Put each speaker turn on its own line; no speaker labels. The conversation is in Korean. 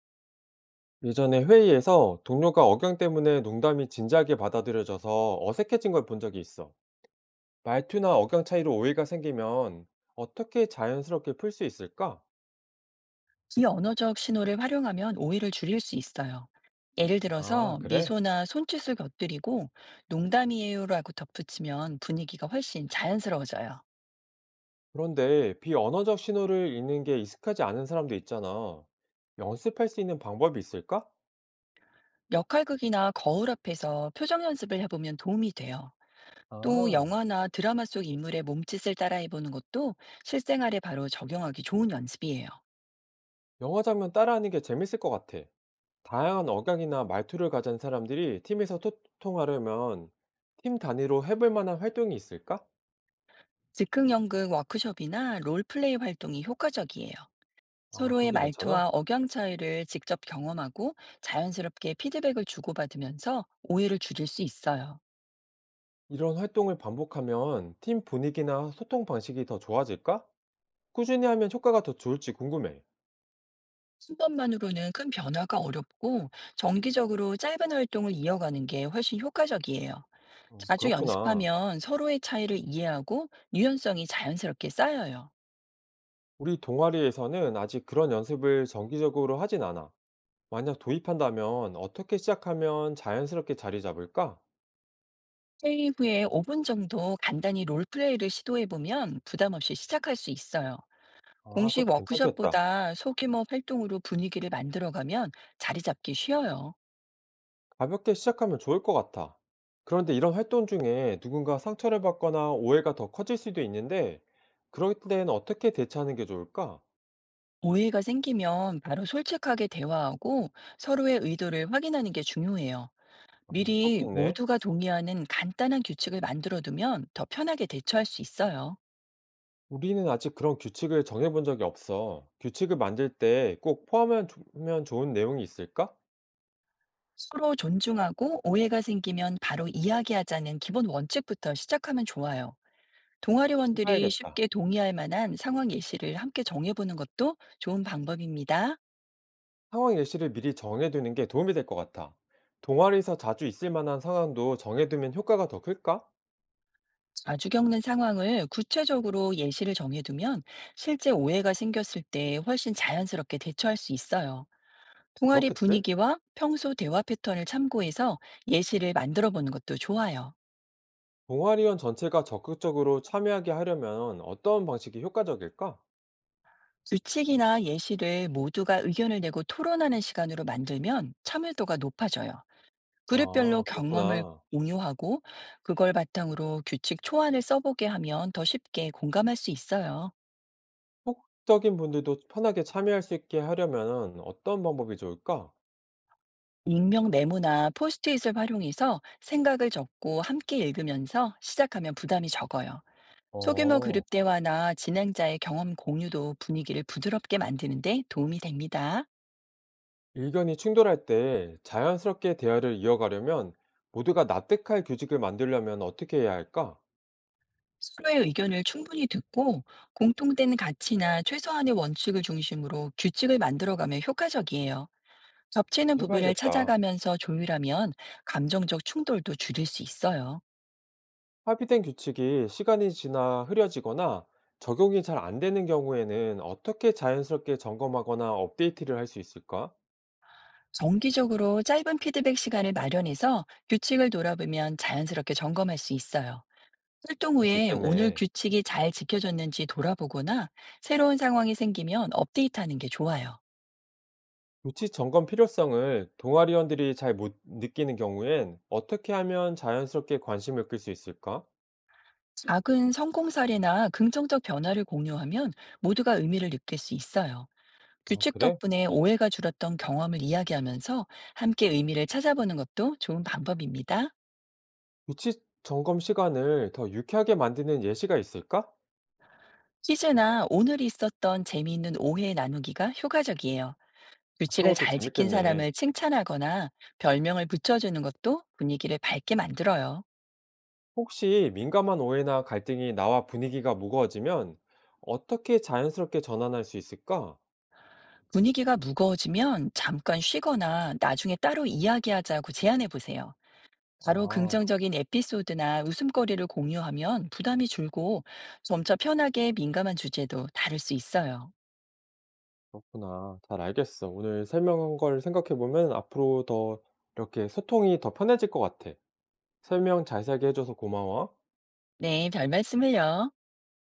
예전에 회의에서 동료가 억양 때문에 농담이 진지하게 받아들여져서 어색해진 걸 본 적이 있어. 말투나 억양 차이로 오해가 생기면 어떻게 자연스럽게 풀 수 있을까?
비언어적 신호를 활용하면 오해를 줄일 수 있어요. 예를
아,
들어서
그래?
미소나 손짓을 곁들이고 농담이에요라고 덧붙이면 분위기가 훨씬 자연스러워져요.
그런데 비언어적 신호를 읽는 게 익숙하지 않은 사람도 있잖아. 연습할 수 있는 방법이 있을까?
역할극이나 거울 앞에서 표정 연습을 해보면 도움이 돼요. 또
아,
영화나 드라마 속 인물의 몸짓을 따라해보는 것도 실생활에 바로 적용하기 좋은 연습이에요.
영화 장면 따라하는 게 재밌을 것 같아. 다양한 억양이나 말투를 가진 사람들이 팀에서 소통하려면 팀 단위로 해볼 만한 활동이 있을까?
즉흥 연극 워크숍이나 롤플레이 활동이 효과적이에요.
아,
서로의
그런 게 괜찮아?
말투와 억양 차이를 직접 경험하고 자연스럽게 피드백을 주고받으면서 오해를 줄일 수 있어요.
이런 활동을 반복하면 팀 분위기나 소통 방식이 더 좋아질까? 꾸준히 하면 효과가 더 좋을지 궁금해.
순 번만으로는 큰 변화가 어렵고, 정기적으로 짧은 활동을 이어가는 게 훨씬 효과적이에요.
어,
자주
그렇구나.
연습하면 서로의 차이를 이해하고 유연성이 자연스럽게 쌓여요.
우리 동아리에서는 아직 그런 연습을 정기적으로 하진 않아. 만약 도입한다면 어떻게 시작하면 자연스럽게 자리 잡을까?
회의 후에 5분 정도 간단히 롤플레이를 시도해보면 부담 없이 시작할 수 있어요.
아,
공식
그것도 괜찮겠다.
워크숍보다 소규모 활동으로 분위기를 만들어가면 자리 잡기 쉬워요.
가볍게 시작하면 좋을 것 같아. 그런데 이런 활동 중에 누군가 상처를 받거나 오해가 더 커질 수도 있는데, 그럴 때는 어떻게 대처하는 게 좋을까?
오해가 생기면 바로 솔직하게 대화하고, 서로의 의도를 확인하는 게 중요해요.
어,
미리
그렇겠네.
모두가 동의하는 간단한 규칙을 만들어 두면 더 편하게 대처할 수 있어요.
우리는 아직 그런 규칙을 정해본 적이 없어. 규칙을 만들 때 꼭 포함하면 하면 좋은 내용이 있을까?
서로 존중하고 오해가 생기면 바로 이야기하자는 기본 원칙부터 시작하면 좋아요. 동아리원들이
해봐야겠다.
쉽게 동의할 만한 상황 예시를 함께 정해보는 것도 좋은 방법입니다.
상황 예시를 미리 정해두는 게 도움이 될 것 같아. 동아리에서 자주 있을 만한 상황도 정해두면 효과가 더 클까?
자주 겪는 상황을 구체적으로 예시를 정해두면 실제 오해가 생겼을 때 훨씬 자연스럽게 대처할 수 있어요. 동아리
그렇겠지?
분위기와 평소 대화 패턴을 참고해서 예시를 만들어 보는 것도 좋아요.
동아리원 전체가 적극적으로 참여하게 하려면 어떤 방식이 효과적일까?
규칙이나 예시를 모두가 의견을 내고 토론하는 시간으로 만들면 참여도가 높아져요. 그룹별로
아,
경험을
그렇구나.
공유하고 그걸 바탕으로 규칙 초안을 써보게 하면 더 쉽게 공감할 수 있어요.
소극적인 분들도 편하게 참여할 수 있게 하려면 어떤 방법이 좋을까?
익명 메모나 포스트잇을 활용해서 생각을 적고 함께 읽으면서 시작하면 부담이 적어요. 소규모
어,
그룹 대화나 진행자의 경험 공유도 분위기를 부드럽게 만드는데 도움이 됩니다.
의견이 충돌할 때 자연스럽게 대화를 이어가려면 모두가 납득할 규칙을 만들려면 어떻게 해야 할까?
서로의 의견을 충분히 듣고 공통된 가치나 최소한의 원칙을 중심으로 규칙을 만들어가면 효과적이에요. 겹치는 부분을
해봐야겠다.
찾아가면서 조율하면 감정적 충돌도 줄일 수 있어요.
합의된 규칙이 시간이 지나 흐려지거나 적용이 잘 안 되는 경우에는 어떻게 자연스럽게 점검하거나 업데이트를 할 수 있을까?
정기적으로 짧은 피드백 시간을 마련해서 규칙을 돌아보면 자연스럽게 점검할 수 있어요. 활동
그럴 수
후에 오늘
있겠네.
규칙이 잘 지켜졌는지 돌아보거나 새로운 상황이 생기면 업데이트하는 게 좋아요.
규칙 점검 필요성을 동아리원들이 잘 못 느끼는 경우엔 어떻게 하면 자연스럽게 관심을 끌 수 있을까?
작은 성공 사례나 긍정적 변화를 공유하면 모두가 의미를 느낄 수 있어요.
아,
규칙
그래?
덕분에 오해가 줄었던 경험을 이야기하면서 함께 의미를 찾아보는 것도 좋은 방법입니다.
규칙 점검 시간을 더 유쾌하게 만드는 예시가 있을까?
퀴즈나 오늘 있었던 재미있는 오해 나누기가 효과적이에요.
아 그런
규칙을
것도
잘 지킨
재밌겠네.
사람을 칭찬하거나 별명을 붙여주는 것도 분위기를 밝게 만들어요.
혹시 민감한 오해나 갈등이 나와 분위기가 무거워지면 어떻게 자연스럽게 전환할 수 있을까?
분위기가 무거워지면 잠깐 쉬거나 나중에 따로 이야기하자고 제안해 보세요. 바로
아,
긍정적인 에피소드나 웃음거리를 공유하면 부담이 줄고 점차 편하게 민감한 주제도 다룰 수 있어요.
그렇구나. 잘 알겠어. 오늘 설명한 걸 생각해 보면 앞으로 더 이렇게 소통이 더 편해질 것 같아. 설명 자세하게 해줘서 고마워.
네, 별 말씀을요.